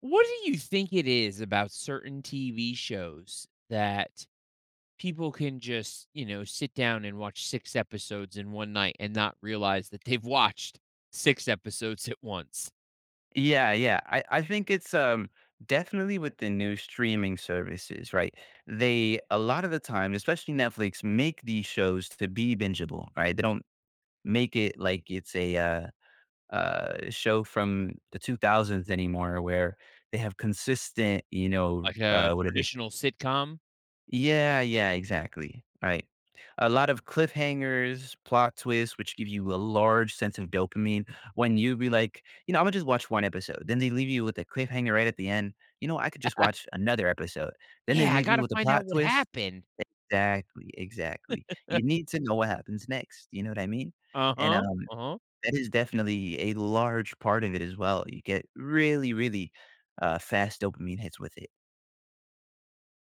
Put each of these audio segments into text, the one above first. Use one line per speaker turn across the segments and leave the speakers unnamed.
What do you think it is about certain TV shows that people can just, you know, sit down and watch 6 episodes in one night and not realize that they've watched 6 episodes at once?
Yeah, yeah. I think it's definitely with the new streaming services, right? They a lot of the time, especially Netflix, make these shows to be bingeable, right? They don't make it like it's a show from the 2000s anymore where they have consistent, you know,
Like a
what do they
traditional sitcom?
yeah, yeah, exactly. Right. A lot of cliffhangers, plot twists, which give you a large sense of dopamine when you be like, you know, I'm gonna just watch one episode. Then they leave you with a cliffhanger right at the end. You know, I could just watch another episode. Then they
"Yeah, I
leave you
gotta
with a
find out
plot
what
twist.
happened."
Exactly, exactly. You need to know what happens next. You know what I mean? And
Uh-huh, uh-huh.
that is definitely a large part of it as well. You get really, really fast dopamine hits with it,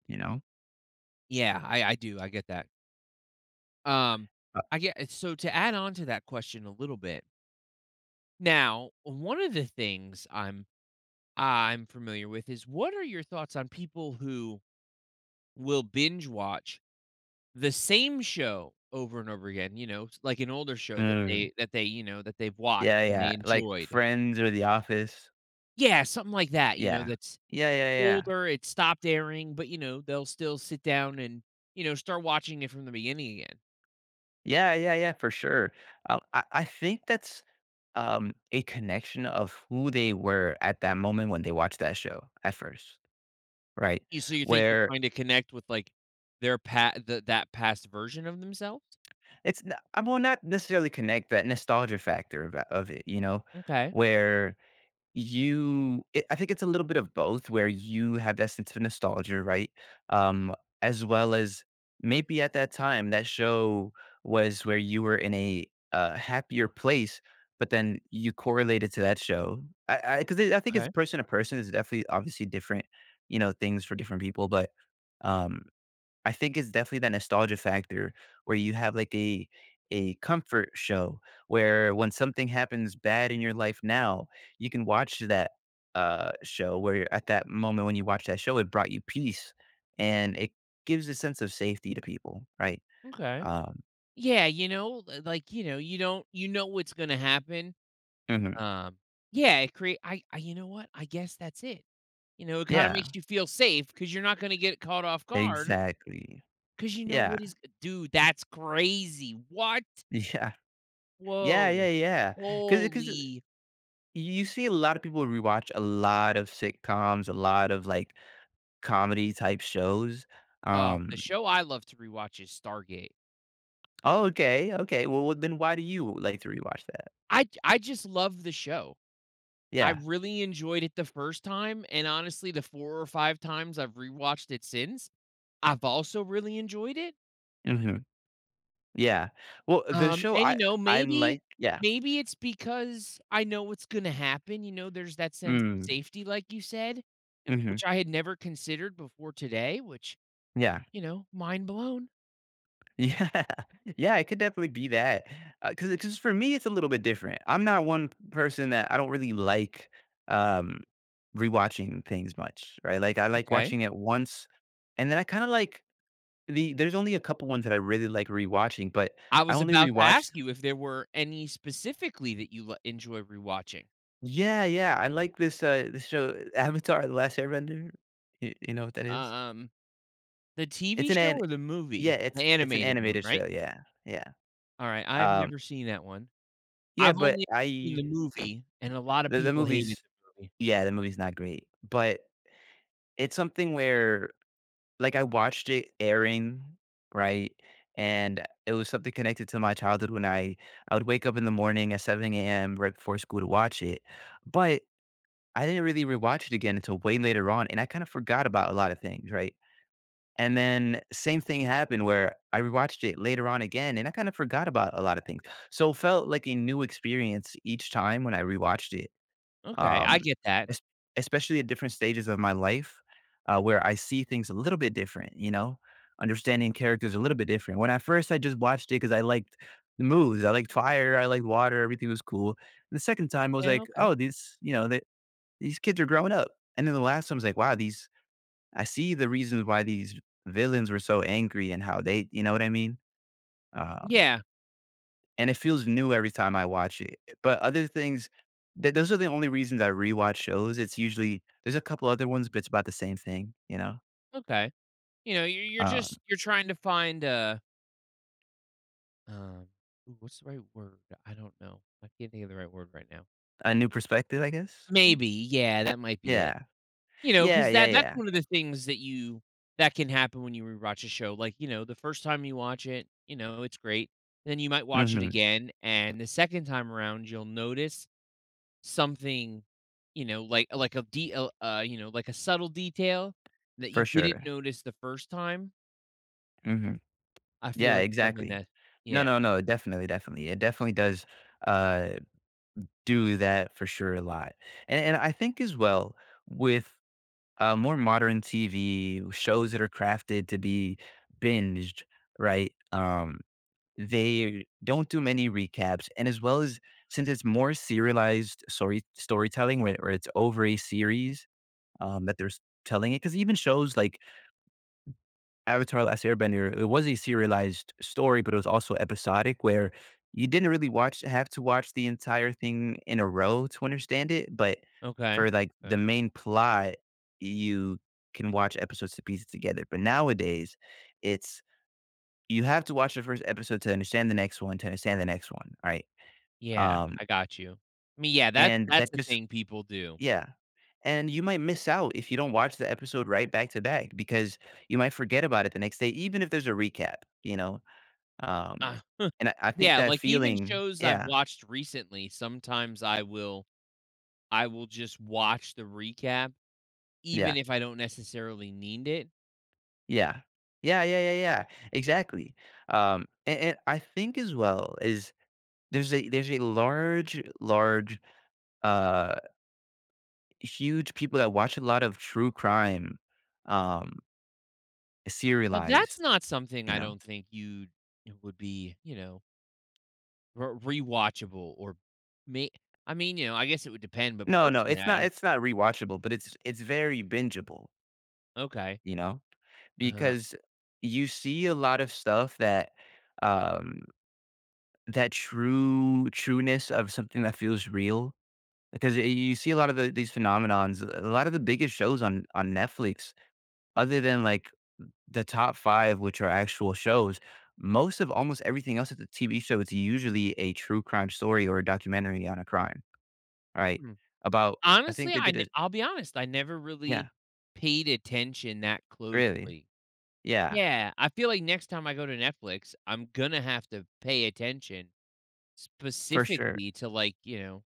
you know?
Yeah, I do, I get that. Um,
a
I get so to add on to that question a little bit, now, one of the things I'm familiar with is what are your thoughts on people who will binge watch the same show over and over again, you know, s like an older show that
Mm.
they, you know, that they've watched
Yeah,
and they
yeah, like
enjoyed.
Friends or The Office.
Yeah, something like that, you know,
Yeah.
that's
Yeah, yeah, yeah.
older, it stopped airing, but, you know, they'll still sit down and, you know, start watching it from the beginning again.
Yeah, yeah, yeah, for sure. I think that's, a connection of who they were at that moment when they watched that show at first, right?
You so you think they're
Where
trying to connect with, their pat th that past version of themselves?
It's n I will not necessarily connect that nostalgia factor of it, you know,
Okay,
where you it I think it's a little bit of both where you have that sense of nostalgia, right? Um, as well as maybe at that time, that show was where you were in a, happier place, but then you correlated to that show. I because I 'cause it I think it's
okay,
person to person, it's definitely obviously different, you know, things for different people, but, um I think it's definitely that nostalgia factor where you have like a comfort show where when something happens bad in your life now, you can watch that show where at that moment when you watch that show, it brought you peace and it gives a sense of safety to people, right?
okay.
Um
Yeah, you know, l like, you know, you don't you know what's gonna happen.
mhm.
Um, yeah, it create I you know what? I guess that's it. You know, it kinda makes
Yeah,
you feel safe because 'cause you're not gonna get caught off guard. Cause
exactly.
you know
Yeah.
what is dude, that's crazy. What?
Yeah. Yeah, yeah,
Whoa.
yeah. Cause cause
Holy
You see a lot of people rewatch a lot of sitcoms, a lot of like comedy type shows.
the
Um,
show I love to rewatch is Stargate.
oh, okay, okay. Well, well, then why do you like to rewatch that?
I just love the show. I
Yeah.
really enjoyed it the first time, and honestly, the 4 or 5 times I've rewatched it since, I've also really enjoyed it.
Mhm. Yeah. Well, the show
And, you know,
I like yeah.
maybe it's because I know what's gonna happen, you know, there's that sense of
Mm.
safety, like you said,
Mhm.
which I had never considered before today, which,
Yeah.
you know, mind blown.
Yeah. Yeah, it could definitely be that. Because for me, it's a little bit different. I'm not one person that I don't really like, um, rewatching things much, right? Like, I like
Okay.
watching it once, and then I kinda like there's only a couple ones that I really like rewatching, but
I
I
was
only
about to
rewatch
ask you if there were any specifically that you l enjoy rewatching.
yeah, yeah, I like this, this show, Avatar: The Last Airbender. You know what that is?
Um, the
It's
TV show
an
or the
Yeah,
movie? The
it's an
animated one,
animated
right?
show, yeah, yeah.
Alright, I have
Um,
never seen that one.
yeah,
I've
but
only seen the
I
movie, and a lot of
the
people hated
movie's
the movie.
yeah, the movie's not great, but it's something where, like, I watched it airing, right? And it was something connected to my childhood when I would wake up in the morning at 7 a.m. right before school to watch it, but I didn't really rewatch it again until way later on, and I kinda forgot about a lot of things, right? And then same thing happened where I rewatched it later on again and I kind of forgot about a lot of things. So it felt like a new experience each time when I rewatched it.
Okay, I
Um
get that.
es- Especially at different stages of my life where I see things a little bit different, you know, understanding characters a little bit different. When I first I just watched it because I liked the moves. I liked fire, I liked water, everything was cool. The second time I was
Yeah,
like,
okay.
oh, these, you know, they, these kids are growing up. And then the last time I was like, wow, these I see the reasons why these villains were so angry and how they, you know what I mean? Um,
Yeah,
and it feels new every time I watch it. But other things, those are the only reasons I rewatch shows. It's usually there's a couple other ones, but it's about the same thing, you know.
okay. You know, you're you're
Um,
just you're trying to find a, um, ooh, what's the right word? I don't know. I can't think of the right word right now.
a new perspective, I guess. Mhm.
Maybe, yeah, that might be it.
Yeah,
You know,
yeah,
because
yeah,
that's
yeah.
one of the things that you that can happen when you rewatch a show. Like, you know, the first time you watch it, you know, it's great. Then you might watch it
Hmm.
again, and the second time around, you'll notice something, you know, like a de you know, like a subtle detail that
For
you didn't
sure.
notice the first time.
Hmm.
I feel
Yeah,
like it's something
exactly.
that
No,
yeah.
no, no. Definitely, definitely. It definitely does uh, do that for sure a lot. And I think as well with uh, more modern TV shows that are crafted to be binged, right? They don't do many recaps, and as well as since it's more serialized storytelling, where, it's over a series that telling it, because even shows like Avatar Last Airbender, it was a serialized story, but it was also episodic where you didn't really watch have to watch the entire thing in a row to understand it, but
Okay,
for like the
okay.
main plot, you can watch episodes to piece it together. But nowadays, it's you have to watch the first episode to understand the next one, to understand the next one. All right,
Yeah,
um,
I got you. I mean, yeah,
and
that's
that
the
just
thing people do.
yeah. And you might miss out if you don't watch the episode right back to back because you might forget about it the next day, even if there's a recap, you know. Um,
Uh,
and I think
yeah,
that
like, even
feeling
shows I've
yeah,
watched recently, sometimes I will just watch the recap
yeah,
even if I don't necessarily need it.
yeah. Yeah, yeah, yeah, yeah, exactly. And I think as well is there's a large, large, uh, huge people that watch a lot of true crime, um,
Now that's
serialized,
not something
you
I
know?
don't think you'd be, you know, r rewatchable or may I mean, you know, I guess it would depend, but
No, no,
personally,
it's
I
not
don't
it's not rewatchable, but it's very bingeable,
okay.
you know?
Uh,
Because you see a lot of stuff that, um that true trueness of something that feels real, because y you see a lot of these phenomenons, a lot of the biggest shows on Netflix, other than, like, the top 5, which are actual shows, most of almost everything else at the TV show is usually a true crime story or a documentary on a crime, right? About I think
honestly,
they did it
I'll be honest, I never
yeah,
really paid attention that
really.
closely.
Yeah,
Yeah, I feel like next time I go to Netflix, I'm gonna have to pay attention
for sure.
specifically to, like, you know,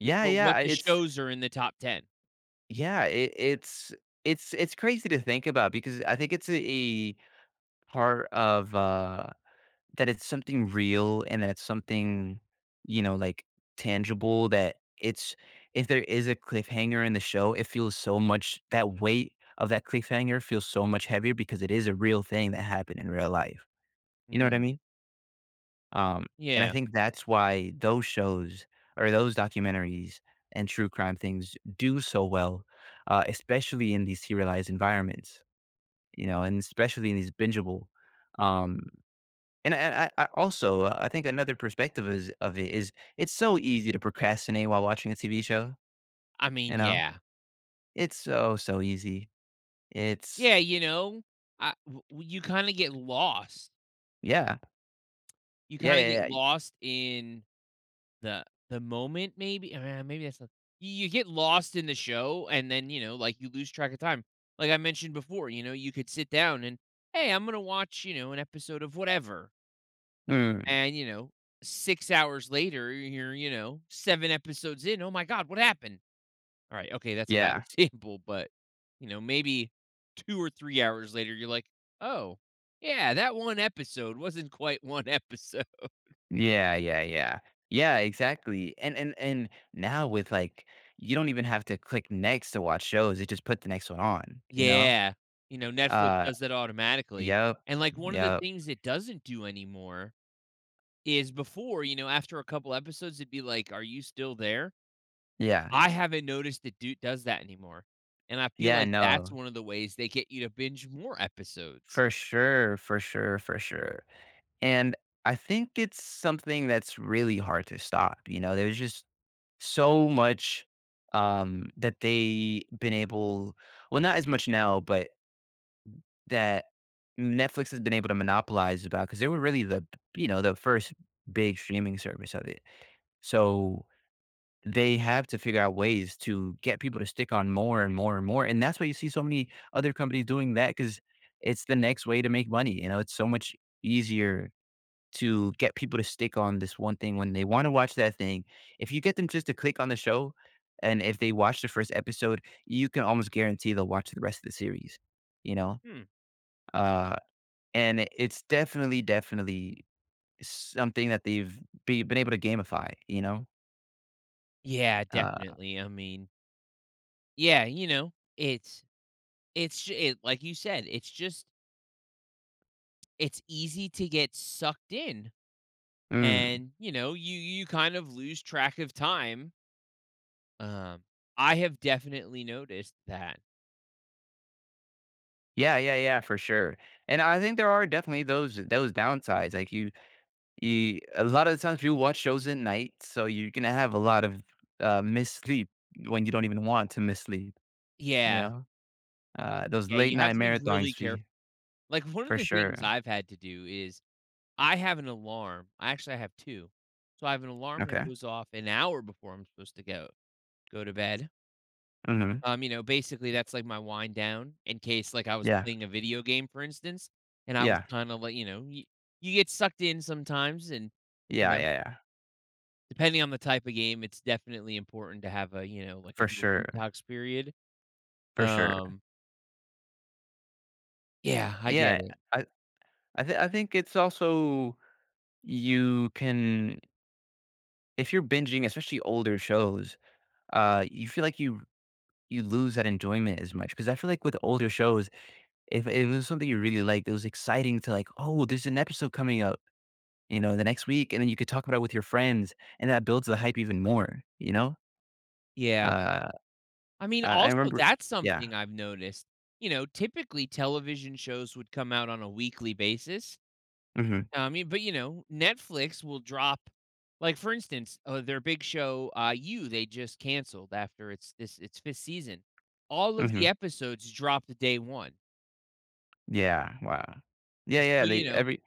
Yeah, yeah,
what
I-
the
it's
shows are in the top 10.
yeah, it's it's crazy to think about because I think it's a part of, that it's something real and that it's something, you know, like tangible that it's if there is a cliffhanger in the show, it feels so much that weight of that cliffhanger feels so much heavier because it is a real thing that happened in real life. You know what I
Mm,
mean? Um, and I
yeah.
think that's why those shows or those documentaries and true crime things do so well, especially in these serialized environments, you know, and especially in these bingeable um, and I also, I think another perspective is of it is it's so easy to procrastinate while watching a TV show,
I mean,
you know?
yeah.
It's so, so easy. It's
Yeah, you know, you kinda get lost.
yeah.
You kinda get
Yeah, yeah,
lost in the moment. Maybe maybe that's not you You get lost in the show and then, you know, like, you lose track of time. Like I mentioned before, you know, you could sit down and, "Hey, I'm gonna watch, you know, an episode of whatever,"
yeah. Mm,
and, you know, 6 hours later, you're, you know, 7 episodes in, "Oh my god, what happened?" Alright, okay, that's a bad
yeah.
example, but, you know, maybe 2 or 3 hours later, you're like, "Oh, yeah, that one episode wasn't quite one episode."
Yeah, yeah, yeah. Yeah, exactly. And now with like you don't even have to click next to watch shows. It just put the next one on, you know?
Yeah. You know, Netflix
Uh,
does that automatically,
yep.
and, like, one of the
Yep.
things it doesn't do anymore is before, you know, after a couple episodes, it'd be like, "Are you still there?"
Yeah.
I haven't noticed it do does that anymore, and I feel
Yeah,
like that's
no.
one of the ways they get you to binge more episodes.
For sure, for sure, for sure. And I think it's something that's really hard to stop. You know, there's just so much that they been able, well, not as much now, but that Netflix has been able to monopolize about because they were really the, you know, the first big streaming service of it. So they have to figure out ways to get people to stick on more and more and more. And that's why you see so many other companies doing that because it's the next way to make money. You know, it's so much easier to get people to stick on this one thing when they want to watch that thing. If you get them just to click on the show, and if they watch the first episode, you can almost guarantee they'll watch the rest of the series, you know?
Hmm.
Uh, and it's definitely, definitely something that they've been able to gamify, you know?
Yeah,
Uh,
definitely, I mean yeah, you know, it's ju it like you said, it's just it's easy to get sucked in,
mm,
and, you know, you kind of lose track of time. Um, I have definitely noticed that.
yeah, yeah, yeah, for sure. And I think there are definitely those downsides, like you a lot of the times people watch shows at night, so you're gonna have a lot of, missed sleep when you don't even want to miss sleep, you
Yeah.
know? Those
Yeah,
late
you have
night
to be really
marathons
careful.
be
Like, one of
for
the things
sure.
I've had to do is I have an alarm. Actually, I actually have 2. So, I have an alarm that
Okay.
goes off an hour before I'm supposed to go to bed.
Mhm.
You know, basically, that's, like, my wind down in case, like, I was
Yeah.
playing a video game, for instance, and I was
Yeah.
kinda like, you know, you get sucked in sometimes and, you
Yeah,
know,
yeah, yeah.
depending on the type of game, it's definitely important to have a, you know, like, a
For
little
sure.
detox period.
For sure.
Um, yeah, I get
Yeah.
it.
I I think it's also you can if you're binging, especially older shows, you feel like you lose that enjoyment as much because I feel like with older shows if it was something you really liked, it was exciting to like, "Oh, there's an episode coming up, you know, the next week," and then you could talk about it with your friends, and that builds the hype even more, you know?
Yeah.
Uh,
I mean,
I
also,
remember
that's
yeah.
something I've noticed. You know, typically television shows would come out on a weekly basis.
Mhm,
I mean, but you know, Netflix will drop, like for instance, their big show, You. They just canceled after its fifth season. All of the
mhm.
episodes dropped day one.
Yeah, wow. Yeah, yeah,
So you
they
know,
every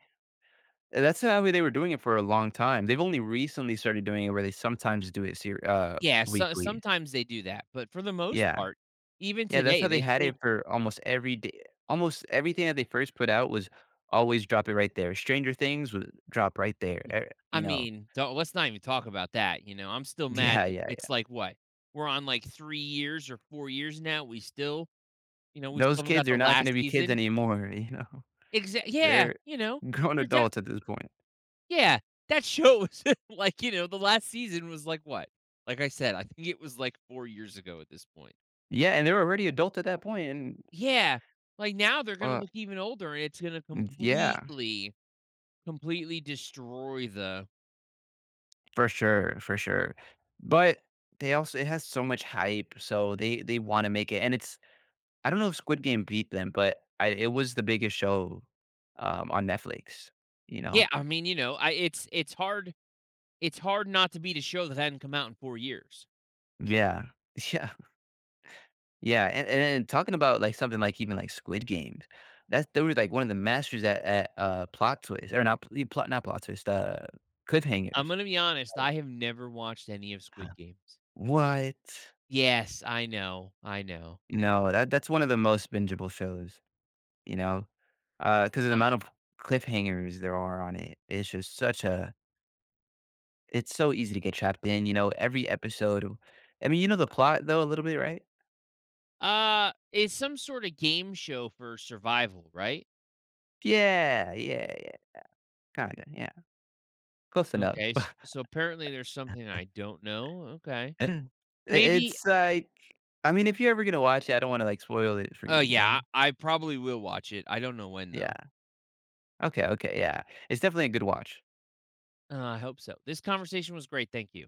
that's how they were doing it for a long time. They've only recently started doing it where they sometimes do it ser
yeah. So,
weekly.
sometimes they do that, but for the most
Yeah.
part, even
Yeah, that's
today,
how they
they
had
still
it for almost every day. Almost everything that they first put out was always drop it right there. Stranger Things would drop right there.
yeah.
Eh,
I
you know,
mean, don't let's not even talk about that, you know, I'm still mad
yeah,
that
yeah. Yeah.
it's like what? We're on, like, 3 years or 4 years now, we still you know, we
Those
still haven't
kids
got
are
the
not going to
last
be kids
season.
anymore. You know,
Exa Yeah,
they're
you know,
grown
they're de
adults at this point.
yeah, that show was like, you know, the last season was like what? Like I said, I think it was, like, 4 years ago at this point.
Yeah, and they're already adults at that point. And
Yeah, like, now they're gonna
uh,
look even older, and it's gonna
yeah,
completely destroy the
for sure, for sure. But they also it has so much hype, so they want to make it. And it's I don't know if Squid Game beat them, but I, it was the biggest show on Netflix. You know,
yeah, I mean, you know, I it's it's hard not to beat a show that hadn't come out in 4 years.
yeah. Yeah. Yeah, and talking about, like, something like even, like, Squid Games, that's they were, like, one of the masters at, plot twists or not plot twists
I'm
cliffhangers.
gonna be honest,
Like,
I have never watched any of
huh,
Squid Games.
"What?"
Yes, I know, I know.
You know, that that's one of the most bingeable shows, you know, 'cause of the
Uh,
amount of cliffhangers there are on it, it's just such a it's so easy to get trapped in, you know, every episode I mean, you know the plot though a little bit, right?
it's some sorta game show for survival, right?
Yeah, yeah, yeah, kinda, yeah, close enough.
Okay, s so apparently there's something I don't know, okay.
I
Maybe
it's like I mean, if you're ever gonna watch it, I don't wanna, like, spoil it for you,
oh,
you
yeah,
know?
I probably will watch it, I don't know when,
Yeah.
though.
Okay, okay, yeah. It's definitely a good watch.
I hope so. This conversation was great, thank you.